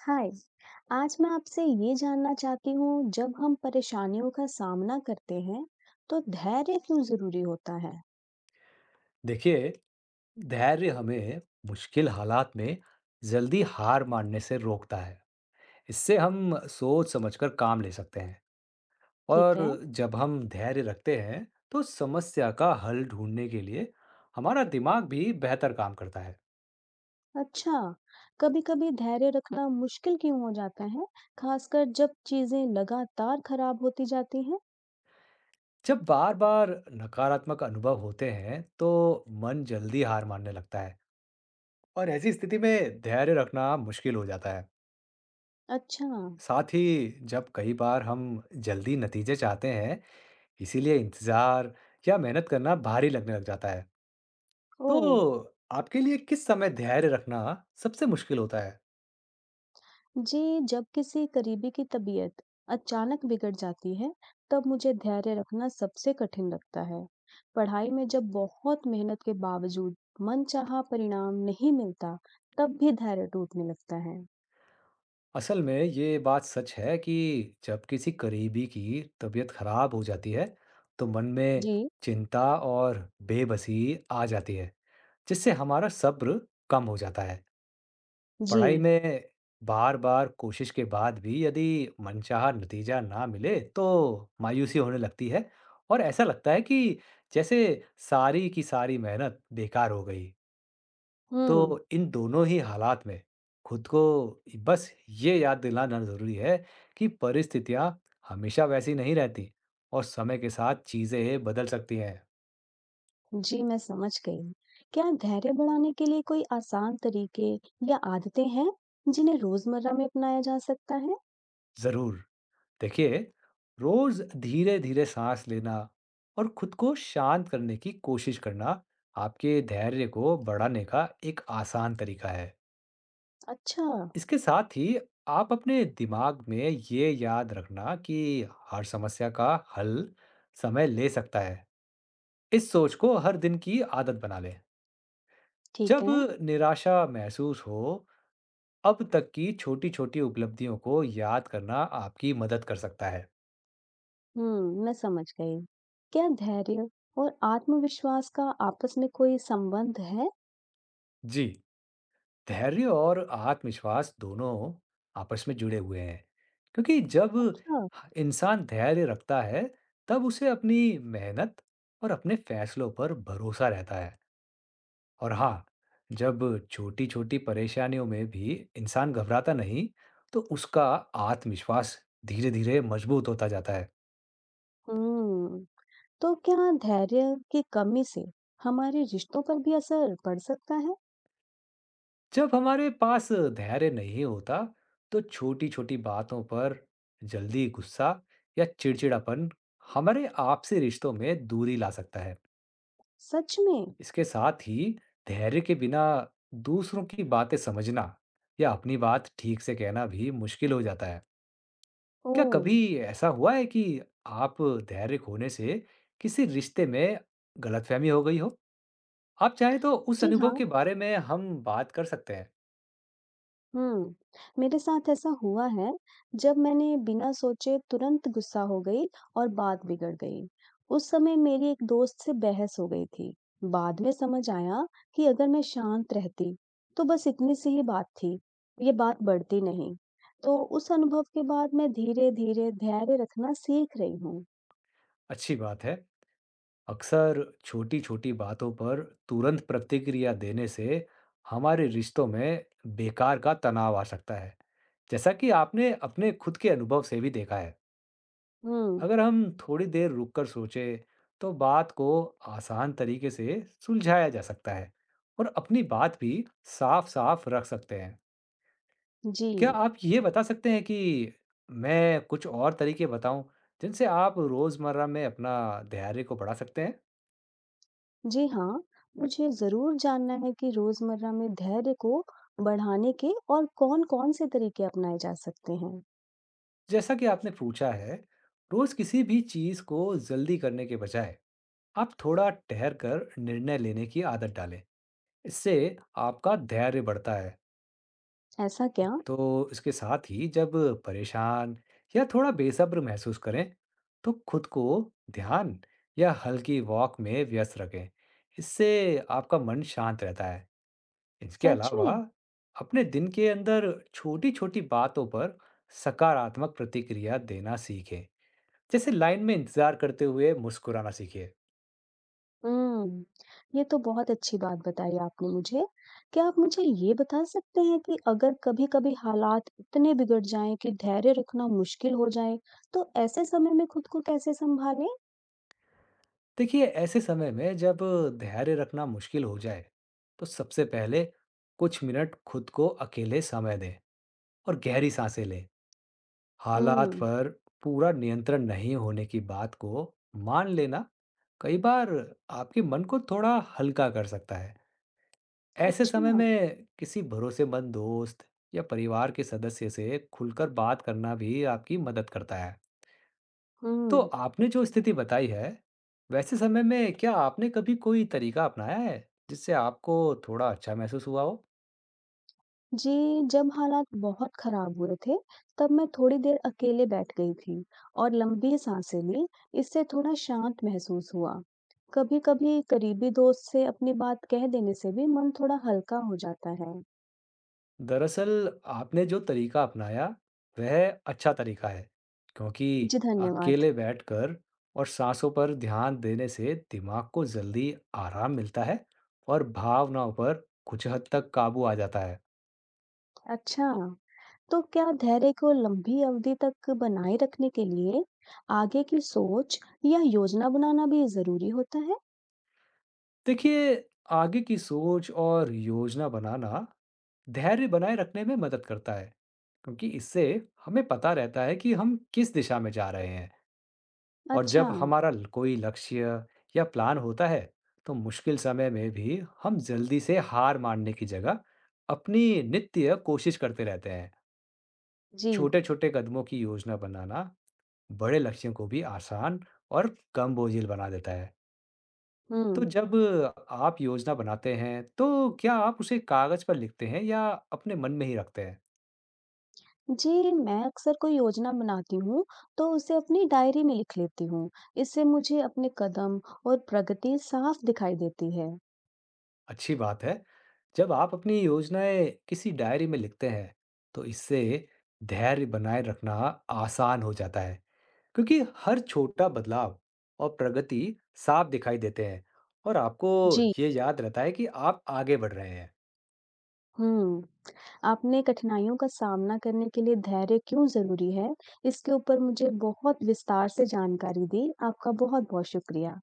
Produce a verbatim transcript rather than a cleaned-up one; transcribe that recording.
हाय। आज मैं आपसे ये जानना चाहती हूँ, जब हम परेशानियों का सामना करते हैं तो धैर्य क्यों जरूरी होता है। देखिए, धैर्य हमें मुश्किल हालात में जल्दी हार मानने से रोकता है। इससे हम सोच समझकर काम ले सकते हैं ठीक और है। जब हम धैर्य रखते हैं, तो समस्या का हल ढूंढने के लिए हमारा दिमाग भी बेहतर काम करता है। अच्छा, कभी-कभी धैर्य रखना मुश्किल क्यों हो जाता है, खासकर जब चीजें लगातार खराब होती जाती हैं। जब बार-बार नकारात्मक अनुभव होते हैं, तो मन जल्दी हार मानने लगता है और ऐसी स्थिति में धैर्य रखना मुश्किल हो जाता है। अच्छा। साथ ही जब कई बार हम जल्दी नतीजे चाहते हैं, इसीलिए इंतज़ार या मेहनत करना भारी लगने लग जाता है। ओ। तो आपके लिए किस समय धैर्य रखना सबसे मुश्किल होता है? जी, जब किसी करीबी की तबीयत अचानक बिगड़ जाती है, तब मुझे धैर्य रखना सबसे कठिन लगता है। पढ़ाई में जब बहुत मेहनत के बावजूद मनचाहा परिणाम नहीं मिलता, तब भी धैर्य टूटने लगता है। असल में ये बात सच है कि जब किसी करीबी की तबीयत खराब हो जाती है, तो मन में जी। चिंता और बेबसी आ जाती है, जिससे हमारा सब्र कम हो जाता है। जी। पढ़ाई में बार-बार कोशिश के बाद भी यदि मनचाहा नतीजा ना मिले तो मायूसी होने लगती है और ऐसा लगता है कि जैसे सारी की सारी मेहनत बेकार हो गई। हम्म। तो इन दोनों ही हालात में खुद को बस ये याद दिलाना ज़रूरी है कि परिस्थितियाँ हमेशा वैसी नहीं रहती और समय के साथ चीज़ें बदल सकती हैं। जी, मैं समझ गई। क्या धैर्य बढ़ाने के लिए कोई आसान तरीके या आदतें हैं, जिन्हें रोजमर्रा में अपनाया जा सकता है? ज़रूर। देखिए, रोज धीरे धीरे सांस लेना और खुद को शांत करने की कोशिश करना आपके धैर्य को बढ़ाने का एक आसान तरीका है। अच्छा। इसके साथ ही आप अपने दिमाग में ये याद रखना कि हर समस्या का हल समय ले सकता है, इस सोच को हर दिन की आदत बना लें। ठीक जब है। निराशा महसूस हो, अब तक की छोटी छोटी उपलब्धियों को याद करना आपकी मदद कर सकता है। हुँ, मैं समझ गई। क्या धैर्य और आत्मविश्वास का आपस में कोई संबंध है? जी, धैर्य और आत्मविश्वास दोनों आपस में जुड़े हुए हैं, क्योंकि जब अच्छा। ह- इंसान धैर्य रखता है, तब उसे अपनी मेहनत और अपने फैसलों पर भरोसा रहता है। और हाँ, जब छोटी छोटी परेशानियों में भी इंसान घबराता नहीं, तो उसका आत्मविश्वास धीरे धीरे मजबूत होता जाता है। हुँ। तो क्या धैर्य की कमी से हमारे रिश्तों पर भी असर पड़ सकता है? जब हमारे पास धैर्य नहीं होता, तो छोटी-छोटी बातों पर जल्दी गुस्सा या चिड़चिड़ापन हमारे आपसी रिश्तों में दूरी ला सकता है। सच में? इसके साथ ही धैर्य के बिना दूसरों की बातें समझना या अपनी बात ठीक से कहना भी मुश्किल हो जाता है। क्या ओह! कभी ऐसा हुआ है कि आप धैर्य खोने से किसी रिश्ते में गलतफहमी हो गई हो? आप चाहें तो उस जी हाँ। अनुभव के बारे में हम बात कर सकते हैं। हुँ। मेरे साथ ऐसा हुआ है, जब मैंने बिना सोचे तुरंत गुस्सा हो गई और बात बिगड़ गई। उस समय मेरी एक दोस्त से बहस हो गई थी। बाद में समझ आया कि अगर मैं शांत रहती, तो बस इतनी सी ही बात थी, ये बात बढ़ती नहीं। तो उस अनुभव के बाद मैं धीरे-धीरे धैर्य रखना सीख रही हूँ। अच्छी बात है। अक्सर छोटी-छोटी बातों पर तुरंत प्रतिक्रिया देने से हमारे रिश्तों में बेकार का तनाव आ सकता है, जैसा कि आपने अपने खुद के अनुभव से भी देखा है। हुँ। अगर हम थोड़ी देर रुककर सोचें, तो बात को आसान तरीके से सुलझाया जा सकता है और अपनी बात भी साफ-साफ रख सकते हैं। जी। क्या आप ये बता सकते हैं कि मैं कुछ और तरीके बताऊं, जिनसे आप रोज़मर्रा में अपना धैर्य को बढ़ा सकते हैं? जी हाँ, मुझे ज़रूर जानना है कि रोज़मर्रा में धैर्य को बढ़ाने के और कौन-कौन से तरीके अपनाए जा सकते हैं। जैसा कि आपने पूछा है, रोज किसी भी चीज को जल्दी करने के बजाय आप थोड़ा ठहर कर निर्णय लेने की आदत डालें। इससे आपका धैर्य बढ़ता है। ऐसा क्या? तो इसके साथ ही जब परेशान या थोड़ा बेसब्र महसूस करें, तो खुद को ध्यान या हल्की वॉक में व्यस्त रखें। इससे आपका मन शांत रहता है। इसके सच में? अलावा अपने दिन के अंदर छोटी-छोटी बातों पर सकारात्मक प्रतिक्रिया देना सीखें। जैसे लाइन में इंतजार करते हुए मुस्कुराना सीखिए। हुँ, ये तो बहुत अच्छी बात बताई आपने मुझे। क्या आप मुझे ये बता सकते हैं कि अगर कभी-कभी हालात इतने बिगड़ जाएँ कि धैर्य रखना मुश्किल हो जाए, तो ऐसे समय में खुद को कैसे सँभालें? देखिए, ऐसे समय में जब धैर्य रखना मुश्किल हो जाए, तो सबसे पहले कुछ मिनट खुद को अकेले समय दें और गहरी सांसें लें। हालात हुँ। पर पूरा नियंत्रण नहीं होने की बात को मान लेना कई बार आपके मन को थोड़ा हल्का कर सकता है। ऐसे अच्छा। समय में किसी भरोसेमंद दोस्त या परिवार के सदस्य से खुलकर बात करना भी आपकी मदद करता है। तो हुँ। आपने जो स्थिति बताई है, वैसे समय में क्या आपने कभी कोई तरीका अपनाया है, जिससे आपको थोड़ा अच्छा महसूस हुआ हो? जी, जब हालात बहुत खराब हुए थे, तब मैं थोड़ी देर अकेले बैठ गई थी और लंबी सांसें ली, इससे थोड़ा शांत महसूस हुआ। कभी-कभी करीबी दोस्त से अपनी बात कह देने से भी मन थोड़ा हल्का हो जाता है। दरअसल आपने जो तरीका अपनाया, वह अच्छा तरीका है, क्योंकि जी, धन्यवाद। अकेले बैठकर और साँसों पर ध्यान देने से दिमाग को जल्दी आराम मिलता है और भावनाओं पर कुछ हद तक काबू आ जाता है। अच्छा, तो क्या धैर्य को लंबी अवधि तक बनाए रखने के लिए आगे की सोच या योजना बनाना भी ज़रूरी होता है? देखिए, आगे की सोच और योजना बनाना धैर्य बनाए रखने में मदद करता है, क्योंकि इससे हमें पता रहता है कि हम किस दिशा में जा रहे हैं। और अच्छा। जब हमारा ल- कोई लक्ष्य या प्लान होता है, तो मुश्किल समय में भी हम जल्दी से हार मानने की जगह अपनी नित्य कोशिश करते रहते हैं। जी। छोटे छोटे कदमों की योजना बनाना बड़े लक्ष्यों को भी आसान और कम बोझिल बना देता है। तो हुँ। जब आप योजना बनाते हैं, तो क्या आप उसे कागज पर लिखते हैं या अपने मन में ही रखते हैं? जी, मैं अक्सर कोई योजना बनाती हूँ, तो उसे अपनी डायरी में लिख लेती हूँ। इससे मुझे अपने कदम और प्रगति साफ दिखाई देती है। अच्छी बात है। जब आप अपनी योजनाएँ किसी डायरी में लिखते हैं, तो इससे धैर्य बनाए रखना आसान हो जाता है, क्योंकि हर छोटा बदलाव और प्रगति साफ दिखाई देते हैं और आपको जी। ये याद रहता है कि आप आगे बढ़ रहे हैं। हुँ, आपने कठिनाइयों का सामना करने के लिए धैर्य क्यों ज़रूरी है, इसके ऊपर मुझे बहुत विस्तार से जानकारी दी। आपका बहुत-बहुत शुक्रिया।